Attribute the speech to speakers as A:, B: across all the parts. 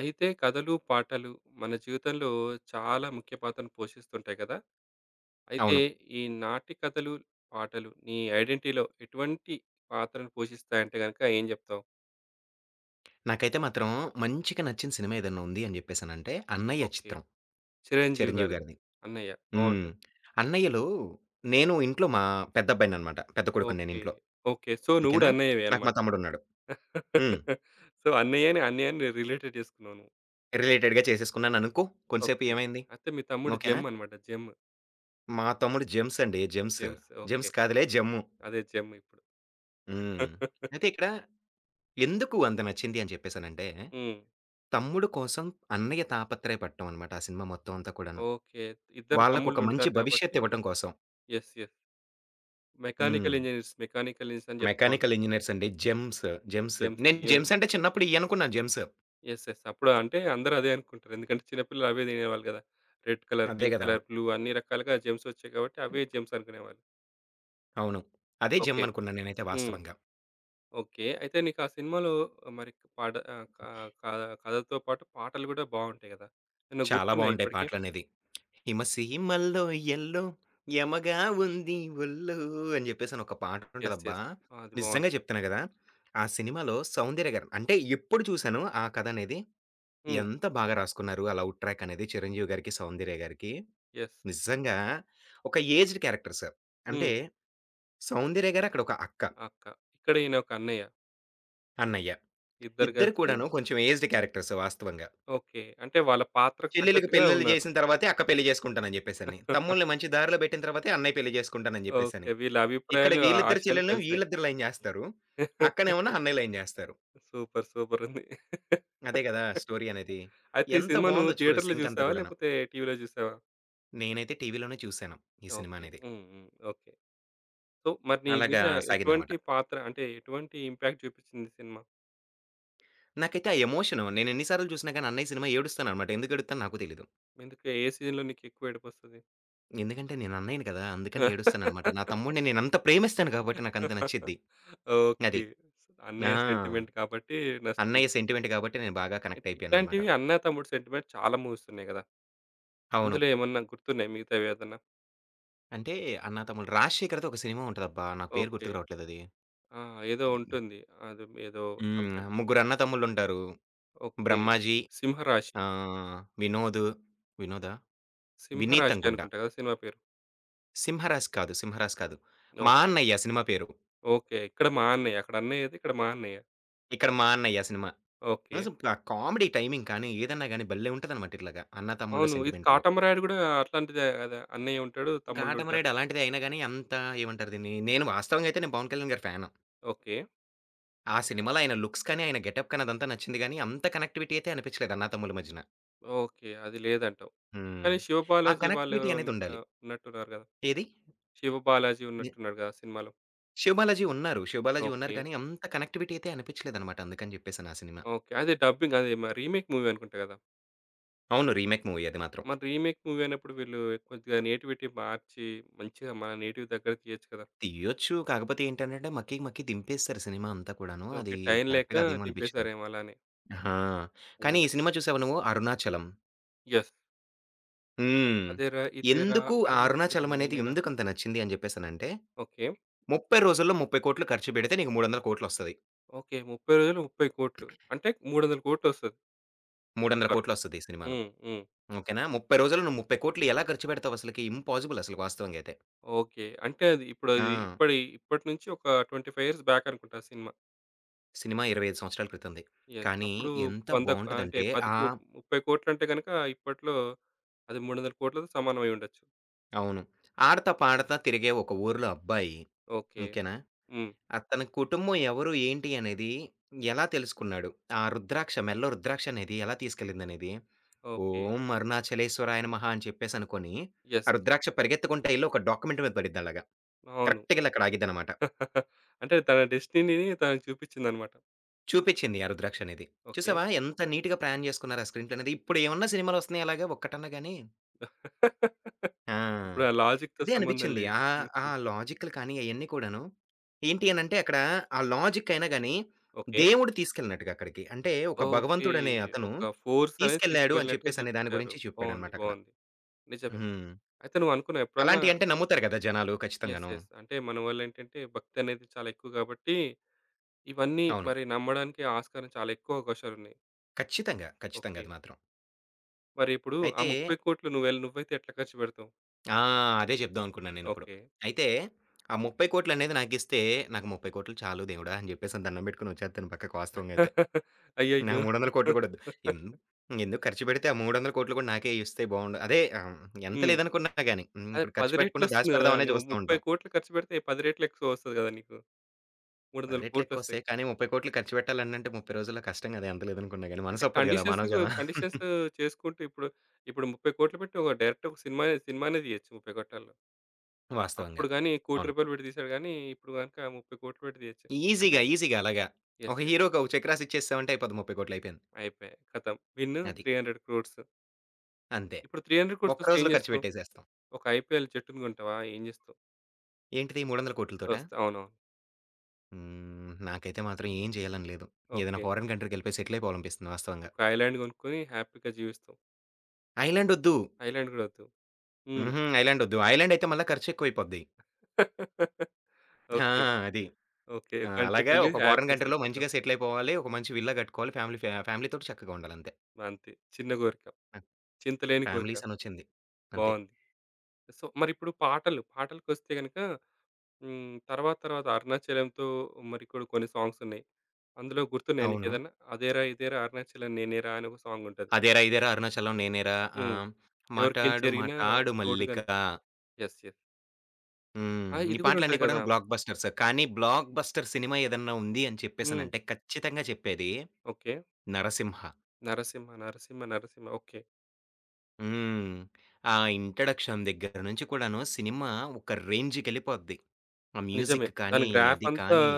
A: అయితే కథలు, పాటలు మన జీవితంలో చాలా ముఖ్య పాత్రను పోషిస్తుంటాయి కదా! అయితే
B: అవును.
A: ఈ నాటి కథలు, పాటలు నీ ఐడెంటిటీలో ఎటువంటి పాత్రను పోషిస్తాయంటే గనక ఏం జెప్తావు?
B: నాకైతే మాత్రం మంచిగా నచ్చిన సినిమా ఏదన్నా ఉంది అని జెప్పేసనంటే 'అన్నయ్య'
A: ఓకే.
B: చిత్రం
A: 'చిరంజీవి'
B: 'చిరంజీవి'
A: గారిది.
B: గారిది.
A: అన్నయ్య
B: హ్మ్.
A: బావుంటది.
B: 'అన్నయ్యలో' నేను ఇంట్లో మా పెద్దబ్బాయిననమాట. పెద్ద కొడుకుని నేను
A: ఓకే.
B: ఇంట్లో.
A: ఓకే. సో, నువ్వు గూడా
B: ఓకేనా?
A: అన్నయ్యవే
B: నాకు మా
A: అన్నమాట.
B: తమ్ముడున్నాడు. హ్మ్.
A: సో, అన్నయ్యని రిలేటెడ్ జేసుకున్నావు నువ్వు.
B: రిలేటెడ్‌గా చేసేసుకున్నాననుకో. కొంసేపు
A: ఓకే.
B: ఏమైంది?
A: అయితే మీ తమ్ముడు
B: ఓకేనా?
A: జెమ్ అన్నమాట. జెమ్.
B: మా తమ్ముడు జెమ్స్ అండి. జెమ్స్.
A: జేమ్స్. ఓకే.
B: జెమ్స్ కాదులే జమ్ము.
A: అదే జెమ్ ఇప్పుడు.
B: హ్మ్. అయితే ఇక్కడ ఎందుకు అంత నచ్చింది అని చెప్పేసనంటే,
A: హ్మ్.
B: తమ్ముడు కోసం అన్నయ్య తాపత్రయపడటం అనమాట ఆ సినిమా మొత్తం అంతా కూడాను.
A: ఓకే. ఇద్దరు
B: వాళ్ళకొక మంచి
A: తమ్ముళ్ళుంటారు గాబట్టి,
B: భవిష్యత్తు ఇవ్వటం కోసం.
A: యెస్. యెస్.
B: హ్మ్.
A: మెకానికల్ ఇంజినీర్స్, మెకానికల్ ఇంజినీర్స్ అని జెప్తా ఉంటాం.
B: మెకానికల్ ఇంజినీర్స్ అండి. Gems, gems.
A: జెమ్స్
B: నేను
A: ఎమ్
B: జెమ్స్ అంటే చిన్నప్పుడు ఇయి అనుకున్నాను జెమ్స్.
A: యెస్. యెస్. అప్పుడు అంటే అందరూ అదే అనుకుంటారు. ఎందుకంటే చిన్న పిల్లలు అవే తినేవాళ్ళు గదా! రెడ్ కలర్,
B: అదే
A: పింక్
B: గదా!
A: కలర్, బ్లూ అన్ని రకాలుగా జెమ్స్ వచ్చాయి కాబట్టి అవే జెమ్స్ అనుకునేవాళ్ళు.
B: అవును. అదే
A: ఓకే.
B: జెమ్ అనుకున్నాను నేనైతే
A: హ్మ్.
B: వాస్తవంగా.
A: ఓకే. అయితే నీకు ఆ సినిమాలో మరి పాట ఆహ్, క క కథతో పాటు పాటలు గూడా బావుంటాయి గదా! ఏమన్నా
B: చాలా
A: గుర్తున్నాయా
B: బావుంటాయి
A: ఇప్పటికి?
B: పాటలనేది. హిమసీమల్లో ఎల్లో యమగా ఉంది ఒల్లు అని జెప్పేసని ఒక
A: యెస్.
B: పాటుంటదబ్బా!
A: యెస్. ఆ! అది
B: నిజంగా
A: బావుంటది.
B: చెప్తున్నా గదా! ఆ సినిమాలో సౌందర్య గారు అంటే ఎప్పుడు చూసానో ఆ కథ అనేది
A: హ్మ్.
B: ఎంత బాగా రాసుకున్నారు. ఆ లవ్ ట్రాక్ అనేది చిరంజీవి గారికి, సౌందర్య గారికి.
A: యెస్.
B: నిజంగా ఒక ఏజ్డ్ క్యారెక్టర్స్. అంటే
A: హ్మ్.
B: సౌందర్య గారు అక్కడ ఒక అక్క.
A: అక్క. ఇక్కడ ఈయన ఒక అన్నయ్య.
B: అన్నయ్య.
A: ఇద్దరు
B: ఇద్దరు
A: కలిసి
B: కూడాను కొంచెం ఏజ్డ్ క్యారెక్టర్స్ వాస్తవంగా.
A: ఓకే. అంటే వాళ్ళ పాత్రకు
B: చెల్లెలికి
A: తగ్గట్టుగా
B: పెళ్లిళ్ళు
A: ఉన్నారు.
B: జేసిన తర్వాతే అక్క పెళ్లి జేసుకుంటానని జెప్పేసని. తమ్ముల్ని మంచి దారిలో బెట్టిన తర్వాతే అన్నయ్య పెళ్లి జేసుకుంటానని జెప్పేసని.
A: ఓకే. వీళ్ళ
B: ఇక్కడ
A: అభిప్రాయాలు,
B: వీళ్ళిద్దరు
A: ఆశయాలు
B: చెల్లెల్ని
A: కలిసాయి.
B: వీళ్ళిద్దరు లైన్ జేస్తారు. అక్కనేమన్నా అన్నయ్య లైన్ జేస్తారు.
A: సూపర్! సూపర్! ఉంది.
B: అదే గదా! స్టోరీ అనేది.
A: అయితే ఈ
B: ఎంత
A: సినిమా నువ్వు
B: బావుందో చూడు
A: థియేటర్‌లో
B: సింక్ అంతా
A: చూసావా?
B: గూడాను.
A: లేకపోతే టీవీలో చూసావా?
B: నేనైతే టీవీలోనే చూసాను ఈ సినిమా
A: ఓకే.
B: అనేది.
A: హ్మ్. హ్మ్. ఓకే. సో, మరి నీ
B: అలాగా
A: మీద
B: సాగిందనమాట.
A: ఎటువంటి పాత్ర అంటే ఎటువంటి ఇంపాక్ట్ చూపించింది ఈ సినిమా?
B: నాకైతే ఆ ఎమోషను నేను ఎన్ని సార్లు జూసినా గాని అన్నయ్య సినిమా ఏడుస్తాననమాట. ఎందుకు ఏడుత్తానో నాకు తెలీదు.
A: ఎందుకు ఏ సీన్‌లో నీకెక్కువ ఏడుపొస్తది?
B: ఎందుకంటే నేను అన్నయ్యని గదా! అందుకని ఏడుస్తాననమాట. నా తమ్ముడిని నేనంత ప్రేమిస్తాను గాబట్టి నాకంత నచ్చిద్ది. అది.
A: ఓకే.
B: ఆ!
A: అన్నయ్య సెంటిమెంట్ కాబట్టి నచ్చుతుంది.
B: అన్నయ్య సెంటిమెంట్ గాబట్టి నేను బాగా
A: ఇ
B: కనెక్ట్ అయిపోయాననమాట.
A: ఇట్లాంటివి అన్న, తమ్ముడు సెంటిమెంట్ చాలా మూవీస్ ఉన్నాయి గదా!
B: అవును.
A: అందులో ఏమన్నా గుర్తున్నాయా మిగతావేదన్నా?
B: అంటే అన్నా తమ్ముళ్ళు 'రాజశేఖర్‌ది' ఒక సినిమా ఉంటదబ్బా! నాకు పేరు
A: ఓకే.
B: గుర్తుకు రావట్లేదది.
A: ఆ! ఏదో ఉంటుంది. అది ఏదో
B: హ్మ్.
A: సంథింగ్.
B: ముగ్గురు అన్న తమ్ముళ్ళుంటారు.
A: ఓకే.
B: 'బ్రహ్మాజీ'
A: సింహరాశి.
B: 'వినోద్' 'వినోదా?' 'వినీత్'
A: సింహరాశి
B: అనుకుంటా.
A: అనుకుంటా కదా! సినిమా పేరు.
B: 'సింహరాజ్' కాదు, 'సింహరాజ్' కాదు. 'మా
A: ఓకే.
B: అన్నయ్య' సినిమా పేరు.
A: ఓకే. ఇక్కడ మా అన్నయ్య. అక్కడ అన్నయ్య అయితే ఇక్కడ మా అన్నయ్య.
B: ఇక్కడ 'మా అన్నయ్య' సినిమా.
A: ఓకే.
B: అసలు ఆ కామెడీ టైమింగ్ కానీ, ఏదన్నా గాని భలే ఉంటదనమాట ఇట్లాగా అన్నా తమ్ముళ్ళ
A: అవును. ఇది
B: సెంటిమెంట్‌లో.
A: 'కాటమరాయుడు' గూడా అట్లాంటిదే గదా! అన్నయ్య ఉంటాడు. తమ్ముళ్ళుంటారు.
B: 'కాటమరాయుడు' అలాంటిదే అయినా గాని అంత ఏమంటారు దీన్ని? నేను వాస్తవంగా అయితే నేను 'పవన్ కళ్యాణ్' గారి ఫ్యాను.
A: ఓకే.
B: ఆ సినిమాలో ఆయన లుక్స్ కానీ, ఆయన గెటప్ కానీ అదంతా నచ్చింది గానీ, అంత కనెక్టివిటీ అయితే అనిపించలేదు అన్నా, తమ్ముల మధ్యన.
A: ఓకే. అది లేదంటావు.
B: హ్మ్.
A: కానీ
B: ఆ
A: 'శివబాలాజీ'
B: కనెక్టివిటీ
A: వాళ్ళెవరో
B: అనేదుండాలి.
A: ఉన్నట్టున్నారు గదా!
B: ఏది?
A: 'శివబాలాజీ'
B: ఎ
A: ఉన్నట్టున్నాడు గదా! సినిమాలో.
B: 'శివ బాలాజీ' ఉన్నారు. 'శివ బాలాజీ' ఉన్నారు
A: ఓకే.
B: కానీ, అంత కనెక్టివిటీ అయితే అనిపించలేదనమాట. అందుకని చెప్పేసని ఆ సినిమా.
A: ఓకే. అదే రీమేక్ మూవీ అనుకుంటా గదా!
B: అవును. రీమేక్ మూవీ అది మాత్రం.
A: మరి రీమేక్ మూవీ అయినప్పుడు వీళ్ళు కొద్దిగా నేటివిటీ మార్చి, మంచిగా మన నేటివ్ దగ్గర తీయొచ్చు కదా!
B: తీయొచ్చు. కాకపోతే ఏంటనంటే, మక్కికి మక్కి దింపేస్తారు సినిమా అంతా కూడాను.
A: ఓకే.
B: అది
A: టైం లేక
B: కరెక్ట్‌గా అదేమో అనిపించింది.
A: దింపేసారేమో అలానే
B: ఆ! కానీ ఈ
A: అయ్యుండొచ్చు.
B: సినిమా చూసావా నువ్వు 'అరుణాచలం'?
A: యెస్.
B: హ్మ్.
A: అదేరా ఇదేరా
B: ఎందుకు ఆ
A: అరుణాచలం
B: 'అరుణాచలం' అనేది
A: నేనేనా
B: ఎందుకంత నచ్చింది అని చెప్పేసనంటే,
A: ఓకే.
B: 30 రోజుల్లో 30,00,00,000 ఖర్చు పెడితే నీకు 300,00,00,000 వస్తది.
A: ఓకే. 30 రోజులు 30,00,00,000 అంటే 300,00,00,000 వస్తది. సూపర్.
B: 300,00,00,000 ఒస్తది ఈ సినిమాను.
A: హ్మ్. హ్మ్.
B: ఓకేనా? 30 రోజులు నువ్వు 30,00,00,000 ఎలా ఖర్చు పెడతావు అసలకి? ఇంపాజిబుల్ అసలు వాస్తవంగా అయితే.
A: ఓకే. అంటే అది ఇప్పుడది
B: ఆ!
A: ఇప్పడి ఇప్పటి ఇప్పటి నుంచి ఒక 25 ఇయర్స్ బ్యాక్ అనుకుంటా ఆ సినిమా.
B: సినిమా 25 సంవత్సరాల క్రితంది.
A: యెస్.
B: కానీ
A: అప్పుడు
B: ఎంత
A: 100 అంటే
B: బావుంటదంటే ఆహ్,
A: 10,00,00,000 30,00,00,000 అంటే గనక ఇప్పట్లో అది 300,00,00,000తో సమానం అయ్యుండొచ్చు.
B: అవును. ఆడతా పాడతా తిరిగే ఒక ఊర్లో అబ్బాయి.
A: ఓకే.
B: ఓకేనా?
A: హ్మ్.
B: అతని కుటుంబం ఎవరు? ఏంటి? అనేది ఎలా తెలుసుకున్నాడు? ఆ రుద్రాక్ష మెడలో రుద్రాక్ష అనేది ఎలా తీసుకెళ్ళిందనేది
A: ఓకే.
B: ఓం అరుణాచలేశ్వరాయ నమః అని చెప్పేసనుకోని, ఆ
A: యెస్.
B: రుద్రాక్ష పరిగెత్తుకుంటా ఎళ్లి ఒక డాక్యుమెంట్ మీద పడిద్దలాగా.
A: అవును.
B: కరెక్ట్‌గా ఎళ్లి అక్కడ ఆగిద్దనమాట.
A: అంటే తన డెస్టినీని తనకు చూపించిందన్నమాట.
B: చూపిచ్చింది 'ఆ రుద్రాక్ష' అనేది.
A: ఓకే.
B: చూసావా ఎంత నీట్‌గా ప్లాన్ జేసుకున్నారు ఆ స్క్రీన్ ప్లే అనేది. ఇప్పుడేమన్నా సినిమాలొస్తున్నాయా అలాగా ఒక్కటన్నా గాని?
A: ఇప్పుడు
B: ఆ!
A: ఆ లాజిక్‌తో
B: అదే
A: సంబంధం
B: అనిపిచ్చింది.
A: లేదు.
B: ఆ
A: హుహు.
B: లాజిక్‌లు కానీ అయన్నీ కూడాను ఏంటి అనంటే అక్కడ ఆ లాజిక్ అయినా గాని,
A: ఓకే.
B: దేవుడు తీసుకెళ్ళినట్టుగా అక్కడికి. అంటే ఒక
A: ఓకే.
B: భగవంతుడనే అతను
A: ఒక ఫోర్స్ అనేది
B: తీసుకెళ్ళాడు అని
A: తీసుకువెళ్ళినట్టుగా
B: చెప్పేసనే దాని
A: చూపించారు.
B: గురించి
A: బావుంది.
B: చెప్పాడనమాట అక్కడ.
A: బావుంది. నిజమే.
B: హ్మ్.
A: అయితే నువ్వనుకున్నావా ఎప్పుడన్నా
B: అలాంటియంటే నమ్ముతారు గదా! జనాలు
A: యెస్.
B: ఖచ్చితంగాను.
A: యెస్. అంటే మన వాళ్ళేంటంటే భక్తి అనేది చాలా ఎక్కువ కాబట్టి, ఇవన్నీ
B: అవును.
A: మరి నమ్మడానికి ఆస్కారం చాలా ఎక్కువ అవకాశాలున్నాయి.
B: ఖచ్చితంగా. ఖచ్చితంగా
A: ఓకే.
B: అది మాత్రం.
A: మరి ఇప్పుడు ఆ
B: అయితే
A: 30,00,00,000 నువ్వైతే ఎట్లా ఖర్చు పెడతావు?
B: ఆ! అదే చెప్దాం అనుకున్నాను నేనిప్పుడు.
A: ఓకే.
B: అయితే ఆ 30,00,00,000 అనేది నాకిస్తే, నాకు 30,00,00,000 చాలు దేవుడా! అని జెప్పేసి దండం పెట్టుకొని వచ్చేత్తాను పక్కకు వాస్తవంగా అయితే. నాకు
A: అయ్యయ్యో!
B: 300,00,00,000 కూడా వద్దు. ఎం ఎందుకు ఖర్చు పెడితే ఆ 300,00,00,000 కూడా నాకే ఇస్తే బావుండు. అదే ఎంత
A: హ్మ్.
B: లేదనుకున్నా గాని హ్మ్,
A: అదే
B: ఇప్పుడు ఖర్చు
A: 10 రెట్లు
B: పెట్టకుండా
A: వస్తుంది గదా!
B: దాచిపెడదామనే
A: నువ్వు
B: చూస్తా ఉంటాం.
A: 30,00,00,000 ఖర్చు పెడితే 10 రెట్లు ఎక్కువ వస్తది గదా! నీకు.
B: 10 రెట్లు
A: 300,00,00,000 వస్తాయి.
B: ఎక్కువొస్తాయి. కానీ 30,00,00,000 ఖర్చు పెట్టాలనంటే 30 రోజుల్లో కష్టం గదా! ఎంత లేదనుకున్నా గాని.
A: అంటే
B: మనసొప్పదు గదా!
A: కండిషన్స్
B: మానవ జన
A: కండిషన్స్ చేసుకుంటూ ఇప్పుడు 30,00,00,000 పెట్టి ఒక సినిమానే తీయొచ్చు 30,00,00,000లో.
B: వాస్తవంగా.
A: అప్పుడు గాని రూ.
B: అవును.
A: 1,00,00,00,000 పెట్టి తీసాడు గానీ, ఇప్పుడు గనుక 30,00,00,000 పెట్టి తీయొచ్చు. అంటే
B: ఈజీగా, ఈజీగా అలాగా. ఒక
A: యెస్. యెస్.
B: హీరోకి ఒక చెక్ రాసిచ్చేసామంటే అయిపోద్ది 30,00,00,000 అయిపోయింది.
A: అయిపోయాయి. ఖతం. విన్
B: అది.
A: 300,00,00,000.
B: అంతే.
A: ఇప్పుడు 300,00,00,000
B: ఒక్క
A: వస్తే ఏం
B: రోజులో ఖర్చు
A: జేస్తావు?
B: పెట్టేసేస్తాం.
A: ఒక ఐపీఎల్ జట్టుని కొంటావా? ఏం జేస్తావు?
B: ఏంటిది 300,00,00,000తోటా?
A: వస్తా అవునవును.
B: హ్మ్. నాకైతే మాత్రం ఏం చేయాలని లేదు. ఏదైనా
A: ఓకే.
B: ఫారిన్ కంట్రీకెళ్ళిపోయి సెటిల్ అయిపోవాలనిపిస్తుంది వాస్తవంగా.
A: ఒక ఐలాండ్ కొనుక్కొని హ్యాపీగా జీవిస్తావు.
B: ఐర్లాండ్ ఒద్దు.
A: ఐలాండ్ గూడా వద్దు. హ్మ్.
B: హుహు. ఐర్లాండ్ ఒద్దు. ఐర్లాండ్ అయితే మళ్ళా ఖర్చు ఎక్కువైపోద్ది. ఆ!
A: ఓకే.
B: అది.
A: ఓకే.
B: ఆ! అలాగా
A: కంట్రీకెళ్ళి
B: ఒక ఫారిన్
A: హ్యాపీగా
B: కంట్రీలో
A: సెటిలవుతాం.
B: మంచిగా సెటిల్ అయిపోవాలి. ఒక మంచి విల్లా కట్టుకోవాలి. ఫ్యామిలీతోటి చక్కగా ఉండాలంతే.
A: అంతే. చిన్న కోరిక.
B: నాకు
A: చింతలేని కోరిక.
B: ఫ్యామిలీస్ అనొచ్చింది. అంతే.
A: బావుంది. సో, మరిప్పుడు పాటలకొస్తే గనుక హ్మ్. తర్వాత తర్వాత 'అరుణాచలం'తో మరి కూడా కొన్ని సాంగ్సున్నాయి. అందులో గుర్తున్నాయా
B: అవును.
A: నీకేదన్నా? 'అదేరా ఇదేరా అరుణాచలం నేనేరా' అని ఒక సాంగుంటది.
B: అదేరా ఇదేరా అరుణాచలం నేనేరా
A: హ్మ్.
B: ఆహ్,
A: ఎవరికేం
B: మాటాడు
A: చెరిగినా
B: మాటాడు మల్లిక.
A: తోడుగానే యెస్. యెస్.
B: హ్మ్.
A: ఆ!
B: ఈ
A: ఇది గూడా
B: పాటలన్నీ
A: ఉంటది కదా!
B: కూడాను బ్లాక్ బస్టర్స్. కానీ, బ్లాక్ బస్టర్ సినిమా ఏదన్నా ఉంది అని
A: హ్మ్.
B: చెప్పేసనంటే ఖచ్చితంగా చెప్పేది
A: ఓకే.
B: 'నరసింహ'.
A: 'నరసింహ నరసింహ నరసింహ' ఓకే.
B: హ్మ్. ఆ ఇంట్రడక్షన్ దగ్గర నుంచి కూడాను సినిమా ఒక రేంజ్‌కెళ్ళిపోద్ది. ఆ
A: నిజమే.
B: మ్యూజిక్
A: దాని
B: కానీ, అది
A: గ్రాఫంతా
B: కానీ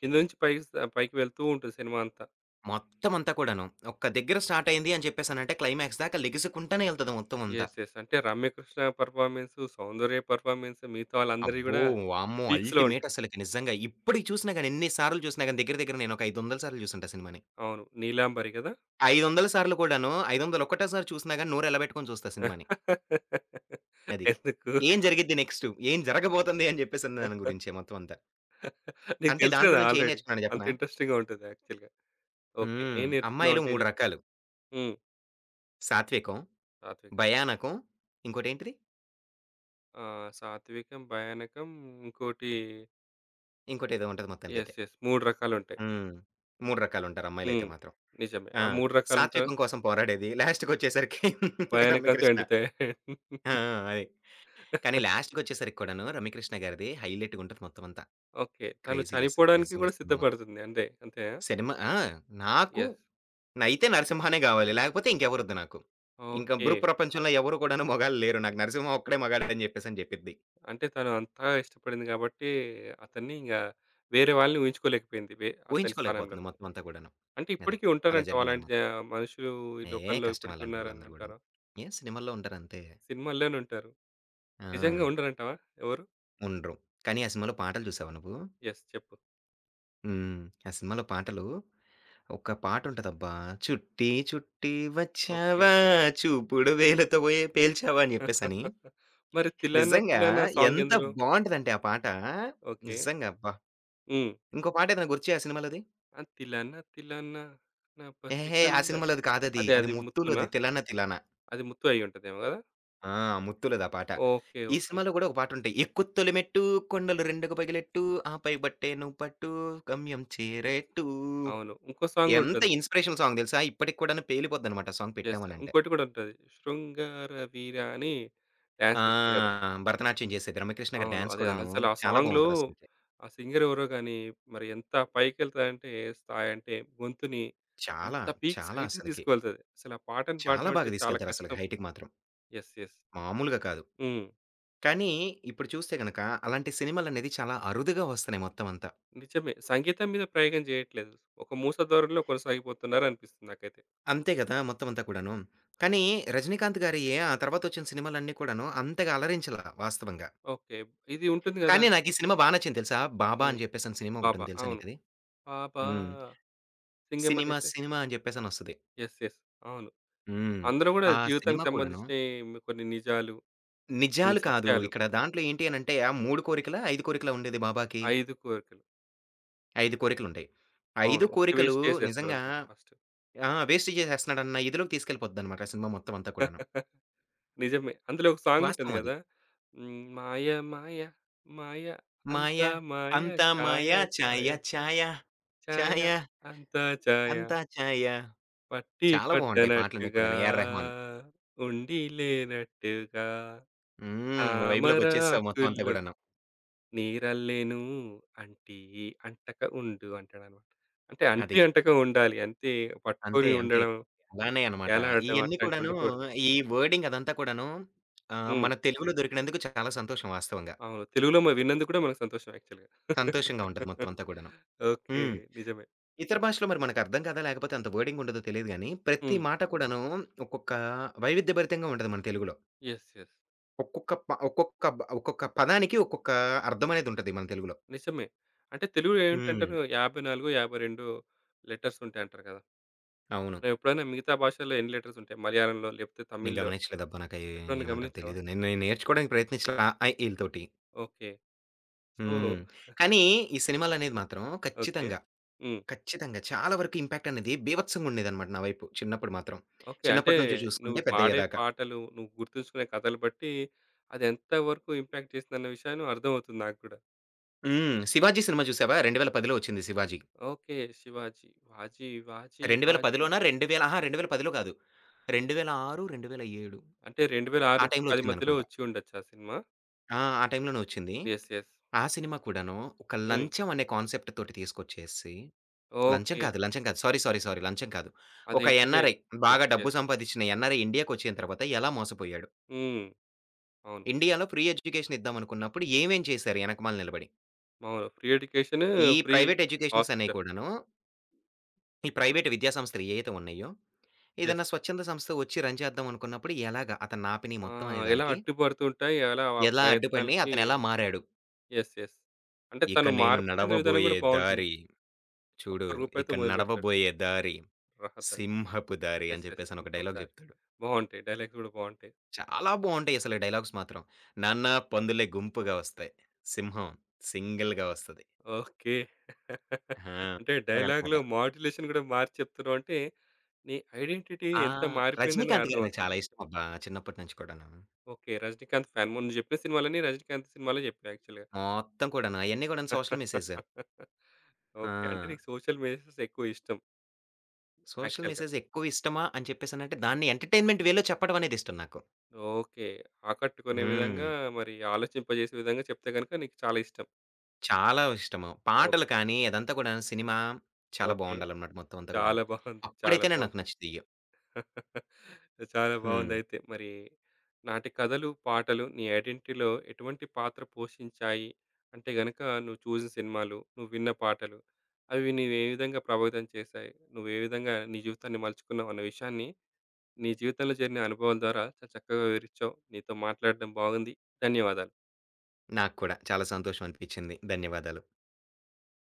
A: కింద నుంచి పైకి పైకి వెళ్తూ ఉంటుంది సినిమా అంతా.
B: మొత్తం అంతా కూడాను. ఒక్క దగ్గర స్టార్ట్ అయింది అని చెప్పేసనంటే క్లైమాక్స్ దాకా లెగిసుకుంటానే ఎళ్తది మొత్తం అంతా.
A: యెస్. యెస్. అంటే రమ్యకృష్ణ పెర్ఫార్మన్స్, సౌందర్య పెర్ఫార్మన్స్ మిగతా వాళ్ళందరివి
B: అబ్బో!
A: గూడా
B: వామ్మో!
A: పీక్స్‌లో
B: అల్టిమేట్
A: ఉంటాయి.
B: అసలకి నిజంగా. ఇప్పటికి చూసినా గాని ఎన్ని సార్లు చూసినా గాని దగ్గర దగ్గర నేను ఒక 500 సార్లు చూసుంటా సినిమాని.
A: అవును. 'నీలాంబరి' గదా!
B: 500 సార్లు కూడాను, 500 ఒక్కటేసారి చూసినా గాని నోరెళ్ళబెట్టుకొని చూస్తా సినిమాని. అది.
A: ఎందుకు?
B: ఏం జరిగిద్ది నెక్స్టు? ఏం జరగబోతుంది అని జెప్పేసని దాని గురించే మొత్తం అంతా.
A: నీకు
B: అంటే
A: తెలుసు
B: దాంట్లో
A: గదా!
B: నుంచి ఏం
A: ఆల్రెడీ.
B: నేర్చుకున్నానో
A: అంత
B: జెప్పనా?
A: ఇంట్రెస్టింగ్‌గా ఉంటది యాక్చువల్‌గా. ఓకే.
B: హ్మ్.
A: ఏం నేర్చుకున్నావు
B: అమ్మాయిలు
A: అంటే ఏం
B: 3
A: చెప్తున్నావు?
B: రకాలు.
A: హ్మ్.
B: సాత్వికం,
A: సాత్వికం.
B: భయానకం, ఇంకోటేంటిది?
A: ఆ! సాత్వికం, భయానకం ఇంకోటి
B: ఇంకోటేదో ఉంటది మొత్తానికైతే.
A: యెస్. యెస్. 3 రకాలుంటాయి.
B: హ్మ్. 3 రకాలుంటారు అమ్మాయిలైతే
A: హ్మ్.
B: మాత్రం.
A: నిజమే.
B: ఆ!
A: ఆ 3 రకాలుంటాయి.
B: సాత్వికం కోసం పోరాడేది. లాస్ట్‌కొచ్చేసరికి
A: భయానకంతో
B: రమ్యకృష్ణ.
A: ఎండుతాయి.
B: ఆ! ఆ! అది. కానీ లాస్ట్‌కొచ్చేసరికి కూడాను రమ్యకృష్ణ గారిది హైలైట్‌గుంటది మొత్తం అంతా.
A: ఓకే. తను
B: క్రేజీ అసలకి
A: చనిపోవడానికి
B: నిజంగా
A: గూడా
B: సినిమా మొత్తం.
A: సిద్ధపడుతుంది. అంటే అంతే. అంతేనా?
B: ఆ! నాకు
A: యెస్.
B: అయితే 'నరసింహనే' గావాలి. లేకపోతే ఇంకెవరొద్దు నాకు. ఇంకా
A: ఓకే.
B: ప్రపంచంలో ఎవరు కూడాను మగాళ్ళు లేరు. నాకు 'నరసింహ' ఒక్కడే మగాడని జెప్పేసని జెప్పిద్ది.
A: అంటే తను అంతగా ఇష్టపడింది గాబట్టి, అతన్ని వేరే వాళ్ళని ఊహించుకోలేకపోయింది. అతని స్థానంలో.
B: ఊహించుకోలేకపోతుంది మొత్తం అంతా గూడాను.
A: అంటే
B: అది.
A: ఇప్పటికి
B: అలా
A: ఉంటారంటావా? అలాంటి
B: జరిగిందనమాట.
A: మనుషులు ఈ
B: ఏ
A: లోకంలో
B: కష్టం
A: ఇప్పటికి ఉన్నారని
B: అలాంటోళ్ళందరూ
A: అంటారా?
B: గూడాను. ఏ సినిమాల్లో ఉంటారంతే.
A: సినిమాల్లోనే ఉంటారు.
B: ఆ!
A: నిజంగా ఉండరంటావా ఎవరు?
B: ఉండరు. కానీ ఆ సినిమాలో పాటలు చూసావా నువ్వు?
A: యెస్. చెప్పు.
B: హ్మ్. ఆ సినిమాలో పాటలు ఒక పాటుంటదబ్బా! చుట్టి చుట్టి
A: ఓకే.
B: వచ్చావా చూపుడు వేలుతో ఏ పేల్చావా అని జెప్పేసని.
A: మరి 'తిలానా
B: నిజంగా
A: తిలానా' సాంగ్
B: ఎంత
A: ఎందులో?
B: బావుంటదంటే ఆ పాట.
A: ఓకే.
B: నిజంగా అబ్బా!
A: హ్మ్.
B: ఇంకో పాట ఏదైనా గుర్తుచేయా ఆ సినిమాలోది?
A: ఆ 'తిలానా తిలానా నా
B: ఎహే! ఆ
A: పసికల్ల'
B: సినిమాలోది కాదది.
A: అదే
B: అది
A: అది ముత్తునా?
B: 'ముత్తులోది' 'తిలానా తిలానా.'
A: అది ముత్తు అయ్యుంటదేమో గదా!
B: ఆ! 'ముత్తులోది' ఆ పాట.
A: ఓకే.
B: ఈ
A: ఓకే.
B: సినిమాలో గూడా ఒక పాటుంటాయి. ఎక్కు తొలి మెట్టు కొండలు రెండుకు పగిలెట్టు ఆపై బట్టే నువ్వు పట్టు గమ్యం చేరేట్టు.
A: అవును. ఇంకో
B: ఎంత
A: సాంగుంటుంది.
B: ఇన్‌స్పిరేషనల్ సాంగ్ తెలుసా? ఇప్పటికి కూడాను పేలిపోద్దనమాట ఆ సాంగ్
A: యెస్.
B: పెట్టామనంటే.
A: ఇంకోటి కూడా ఉంటది. 'శృంగార వీర' అని
B: ఆ!
A: డాన్స్ చేస్తారు కదా!
B: భరతనాట్యం చేసేది. రమ్యకృష్ణ గారి
A: అవును.
B: డాన్స్
A: అది
B: కూడాను
A: అసలు ఆ
B: చాలా
A: సాంగ్‌లో
B: బావుంటదసలకి.
A: ఆ సింగర్ ఎవరో గాని మరి ఎంత పైకెళ్తదంటే స్థాయి అంటే గొంతుని
B: చాలా,
A: అంత పీక్స్
B: చాలా
A: హైట్‌కి
B: అసలకి.
A: తీసుకువెళ్తది. అసలు ఆ పాటను
B: చాలా
A: పాడడం అంటే
B: బాగా
A: చాలా
B: తీసుకెళ్తారసలకి
A: కష్టం.
B: హైట్‌కి మాత్రం.
A: యెస్. యెస్.
B: మామూలుగా కాదు.
A: హ్మ్.
B: కానీ ఇప్పుడు చూస్తే గనక అలాంటి సినిమాలనేది చాలా అరుదుగా వస్తున్నాయి మొత్తం అంతా.
A: నిజమే. సంగీతం మీద ప్రయోగం చేయట్లేదు. ఒక మూస ధోరణిలో కొనసాగిపోతున్నారు అనిపిస్తుంది నాకైతే.
B: అంతే గదా! మొత్తం అంతా కూడాను. కానీ 'రజనీకాంత్' గారియి ఆ తర్వాతొచ్చిన సినిమాలన్నీ కూడాను అంతగా అలరించలా వాస్తవంగా.
A: ఓకే. ఇది ఉంటుంది గదా!
B: కానీ నాకీ సినిమా నచ్చింది తెలుసా? 'బాబా'
A: హ్మ్.
B: అని చెప్పేసని సినిమా
A: 'బాబా'
B: ఒకటుంది తెలుసా
A: అవును.
B: నీకది?
A: 'బాబా
B: హ్మ్. సినిమా
A: సింగమల్లేసే'
B: సినిమా అని చెప్పేసనొస్తది.
A: యెస్. యెస్. అవును.
B: హ్మ్.
A: అందులో గూడా
B: ఆ సినిమా
A: జీవితానికి
B: కూడాను
A: సంబంధించినయి కొన్ని నిజాలు, కొన్ని
B: నిజాలు కాదు.
A: సత్యాలు,
B: ఇక్కడ దాంట్లో ఏంటి అనంటే ఆ 3 కోరికలా? 5 కోరికలా ఉండేది బాబాకి?
A: 5 కోరికలు.
B: 5 కోరికలుంటాయి. 5
A: అవును. ఒకటి
B: కోరికలు
A: వేస్ట్
B: నిజంగా
A: చేసేస్తాడనుకుంటా ఫస్ట్.
B: ఆ! వేస్ట్ చేసేస్తున్నాడన్న ఇదిలోకి తీసుకెళ్ళిపోద్దనమాట ఆ సినిమా మొత్తం అంతా కూడాను.
A: నిజమే. అందులో ఒక సాంగుంటుంది
B: వాస్తవం అది.
A: గదా! హ్మ్. మాయ మాయ మాయ
B: మాయ
A: అంతా మాయ
B: అంతా
A: ఛాయ
B: మాయ
A: ఛాయ
B: ఛాయ
A: ఛ
B: ఛాయ
A: ఛాయ
B: ఛాయ
A: అంతా ఛాయ
B: అంతా ఛాయ.
A: పట్టి
B: చాలా బావుంటాయి పాటలన్నీ
A: పట్టనట్టుగా
B: కూడాను. ఏఆర్ రెహమాన్.
A: ఉండి లేనట్టుగా
B: హ్మ్. వైబ్‌లోకొచ్చేసావు మొత్తం అంతా
A: తామరాకుల్లో
B: కూడాను.
A: నీరల్లేను అంటీ అంటక ఉండు అంటాడనమాట. అంటే
B: అది.
A: అంటి అంటక ఉండాలి. అంతే
B: అంతే.
A: పట్టుకొని
B: అంతే.
A: ఉండడం,
B: అలానే అనమాట.
A: వేలాడడం
B: ఇయన్నీ
A: అట్లాంటివి
B: కూడాను
A: ఉండకూడదు.
B: ఈ వర్డింగ్ అదంతా కూడాను
A: హ్మ్.
B: మన తెలుగులో దొరికినందుకు చాలా సంతోషం వాస్తవంగా.
A: అవును. తెలుగులో విన్నందుకు కూడా మనకు సంతోషం యాక్చువల్‌గా.
B: సంతోషంగా ఉంటది మొత్తం అంతా కూడాను.
A: ఓకే.
B: హ్మ్.
A: నిజమే.
B: ఇతర భాషలో మరి మనకర్థం కాదా? లేకపోతే అంత వర్డింగ్ ఉండదో తెలీదు గానీ, ప్రతి
A: హ్మ్.
B: మాట హ్మ్. కూడాను ఒక్కొక్క వైవిధ్యభరితంగా ఉంటది మన తెలుగులో.
A: యెస్. యెస్.
B: ఒక్కొక్క పదానికి ఒక్కొక్క అర్థం అనేదుంటది మన తెలుగులో.
A: నిజమే. అంటే తెలుగులో
B: హ్మ్.
A: ఏంటంటారు 54, 52 లెటర్స్ ఉంటాయంటారు కదా!
B: అవును.
A: నువ్వెప్పుడైనా మిగతా భాషల్లో ఎన్ని లెటర్స్ ఉంటాయి? మలయాళంలో లేకపోతే
B: నేను
A: తమిళ్‌లో
B: గమనించలేదబ్బా! నాకు అయి
A: ఎప్పుడన్నా
B: ఏమంటారు
A: గమనించావా?
B: తెలీదు. నేను నేను నేర్చుకోవడానికి ప్రయత్నించలా ఈళ్ళతోటి.
A: ఓకే. సో
B: హ్మ్. కానీ ఈ సినిమాలనేది మాత్రం
A: ఓకే.
B: ఖచ్చితంగా,
A: హ్మ్.
B: ఖచ్చితంగా చాలా వరకు ఇంపాక్ట్ అనేది బీభత్సంగా ఉండేదనమాట నా వైపు చిన్నప్పుడు మాత్రం.
A: ఓకే. అంటే
B: చిన్నప్పటి నుంచి
A: నువ్వు
B: చూసుకుంటే
A: పాడే
B: పెద్దయ్యేదాకా.
A: పాటలు, నువ్వు గుర్తుంచుకునే కథలు బట్టి అది ఎంతవరకు ఇంపాక్ట్ చేసిందన్న విషయాన్ని అర్థమవుతుంది నాకు కూడా.
B: హ్మ్. 'శివాజీ' సినిమా చూసావా? 2010లో వచ్చింది 'శివాజీ'.
A: ఓకే. 'శివాజీ', 'వాజీ వాజీ వాజీ'
B: 2010లోనా? 2000 అహా! 2010లో కాదు. 2006, 2007
A: అంటే
B: ఆ టైంలో
A: 2006-10 మధ్యలో
B: వచ్చిందనుకుంటా.
A: వచ్చి ఉండొచ్చు ఆ సినిమా.
B: ఆ! ఆ టైంలోనే వచ్చింది.
A: యెస్. యెస్.
B: ఆ సినిమా కూడాను ఒక
A: హ్మ్.
B: లంచం అనే కాన్సెప్ట్ తోటి తీసుకొచ్చేసి లంచం
A: ఓకే.
B: కాదు, లంచం కాదు. సారీ, సారీ, సారీ లంచం కాదు. ఒక
A: అదేంటంటే
B: ఎన్ఆర్ఐ
A: యెస్.
B: బాగా డబ్బు
A: యెస్.
B: సంపాదించిన ఎన్ఆర్ఐ ఇండియాకొచ్చిన తర్వాత ఎలా మోసపోయాడు?
A: హ్మ్. అవును.
B: ఇండియాలో ఫ్రీ ఎడ్యుకేషన్ ఇద్దామనుకున్నప్పుడు ఏమేం చేశారు ఎనకమాల నిలబడి?
A: అవును. ఫ్రీ ఎడ్యుకేషన్,
B: ఈ
A: ఫ్రీ
B: ప్రైవేట్ ఎడ్యుకేషన్స్ అనేయి
A: హాస్పిటల్.
B: కూడాను, ఈ ప్రైవేట్ విద్యా సంస్థలు ఏయైతే ఉన్నాయో,
A: యెస్.
B: ఏదన్నా స్వచ్ఛంద సంస్థ వచ్చి రన్ చేద్దాం అనుకున్నప్పుడు ఎలాగా అతను నాపిని
A: ఆ!
B: మొత్తం
A: ఎలా
B: అనేదానికి
A: అడ్డుపడుతూ ఉంటాయి. ఎలా ఆ
B: ఎలా అడ్డుపడినయి,
A: ప్రయత్నాలకి
B: అతనెలా మారాడు.
A: యెస్. యెస్. అంటే
B: ఇక
A: తను
B: నేను
A: మార్పు చెందిన విధానం
B: నడవబోయే
A: కూడా బావుంటుంది.
B: దారి చూడు,
A: ఒక్క
B: ఇక
A: రూపాయితో మొదలుపెడతాడు.
B: నడవబోయే దారి
A: రహదర్.
B: సింహపు దారి
A: యెస్.
B: అని
A: యెస్.
B: చెప్పేసని ఒక
A: థింక్ ఆఫ్
B: డైలాగ్
A: థాట్.
B: చెప్తాడు.
A: బావుంటాయి. డైలాగ్స్ గూడా బావుంటాయి.
B: చాలా బావుంటాయి అసలు డైలాగ్స్ మాత్రం. నాన్న పందులే గుంపుగా వస్తాయి. సింహం సింగిల్‌గా వస్తది.
A: ఓకే.
B: ఆ!
A: అంటే
B: అలాగనమాట.
A: డైలాగ్‌లో మాడ్యులేషన్ గూడా మార్చి చెప్తున్నావు అంటే, నీ ఐడెంటిటీ
B: ఆ!
A: ఎంత మారిపోయిందని
B: 'రజనీకాంత్' గారు నాకు
A: అర్థమవుతుంది.
B: చాలా ఇష్టం అబ్బా! చిన్నప్పటి నుంచి కూడాను.
A: ఓకే. 'రజినీకాంత్' ఫ్యాన్. మొన్న నువ్వు చెప్పిన సినిమాలన్నీ 'రజినీకాంత్' సినిమాలే చెప్పావు యాక్చువల్‌గా.
B: మొత్తం కూడాను అయన్నీ కూడాను సోషల్ మెసేజ్.
A: ఓకే. అంటే
B: ఆ!
A: నీకు సోషల్ మెసేజెస్ ఎక్కువ ఇష్టం
B: సోషల్
A: యాక్చువల్‌గా.
B: మెసేజ్ ఎక్కువ ఇష్టమా అని చెప్పేసనంటే దాన్ని ఎంటర్‌టైన్‌మెంట్ వేలో చెప్పడం అనేది ఇష్టం నాకు.
A: ఓకే. ఆకట్టుకునే
B: హ్మ్.
A: విధంగా మరి ఆలోచింపజేసే విధంగా చెప్తే గనుక నీకు చాలా ఇష్టం.
B: చాలా ఇష్టము. పాటలు
A: ఓకే.
B: కానీ అదంతా కూడాను సినిమా చాలా
A: ఓకే.
B: బావుండాలనమాట మొత్తం అంతా కూడాను.
A: చాలా బావుంది. చాలా
B: అప్పుడైతేనే నాకు
A: బావుంది.
B: నచ్చుతయి.
A: చాలా
B: హ్మ్.
A: బాగుందయితే. మరి నాటి కథలు, పాటలు నీ ఐడెంటిటీలో ఎటువంటి పాత్ర పోషించాయి? అంటే గనక నువ్వు చూసిన సినిమాలు, నువ్వు విన్న పాటలు, అవి నిన్ను ఏ విధంగా ప్రభావితం చేశాయి? నువ్వు ఏ విధంగా నీ జీవితాన్ని మలుచుకున్నావు అన్న విషయాన్ని నీ జీవితంలో జరిగిన అనుభవాల ద్వారా చాలా చక్కగా వివరించావు. నీతో మాట్లాడడం బాగుంది. ధన్యవాదాలు.
B: నాకు కూడా చాలా సంతోషం అనిపించింది. ధన్యవాదాలు.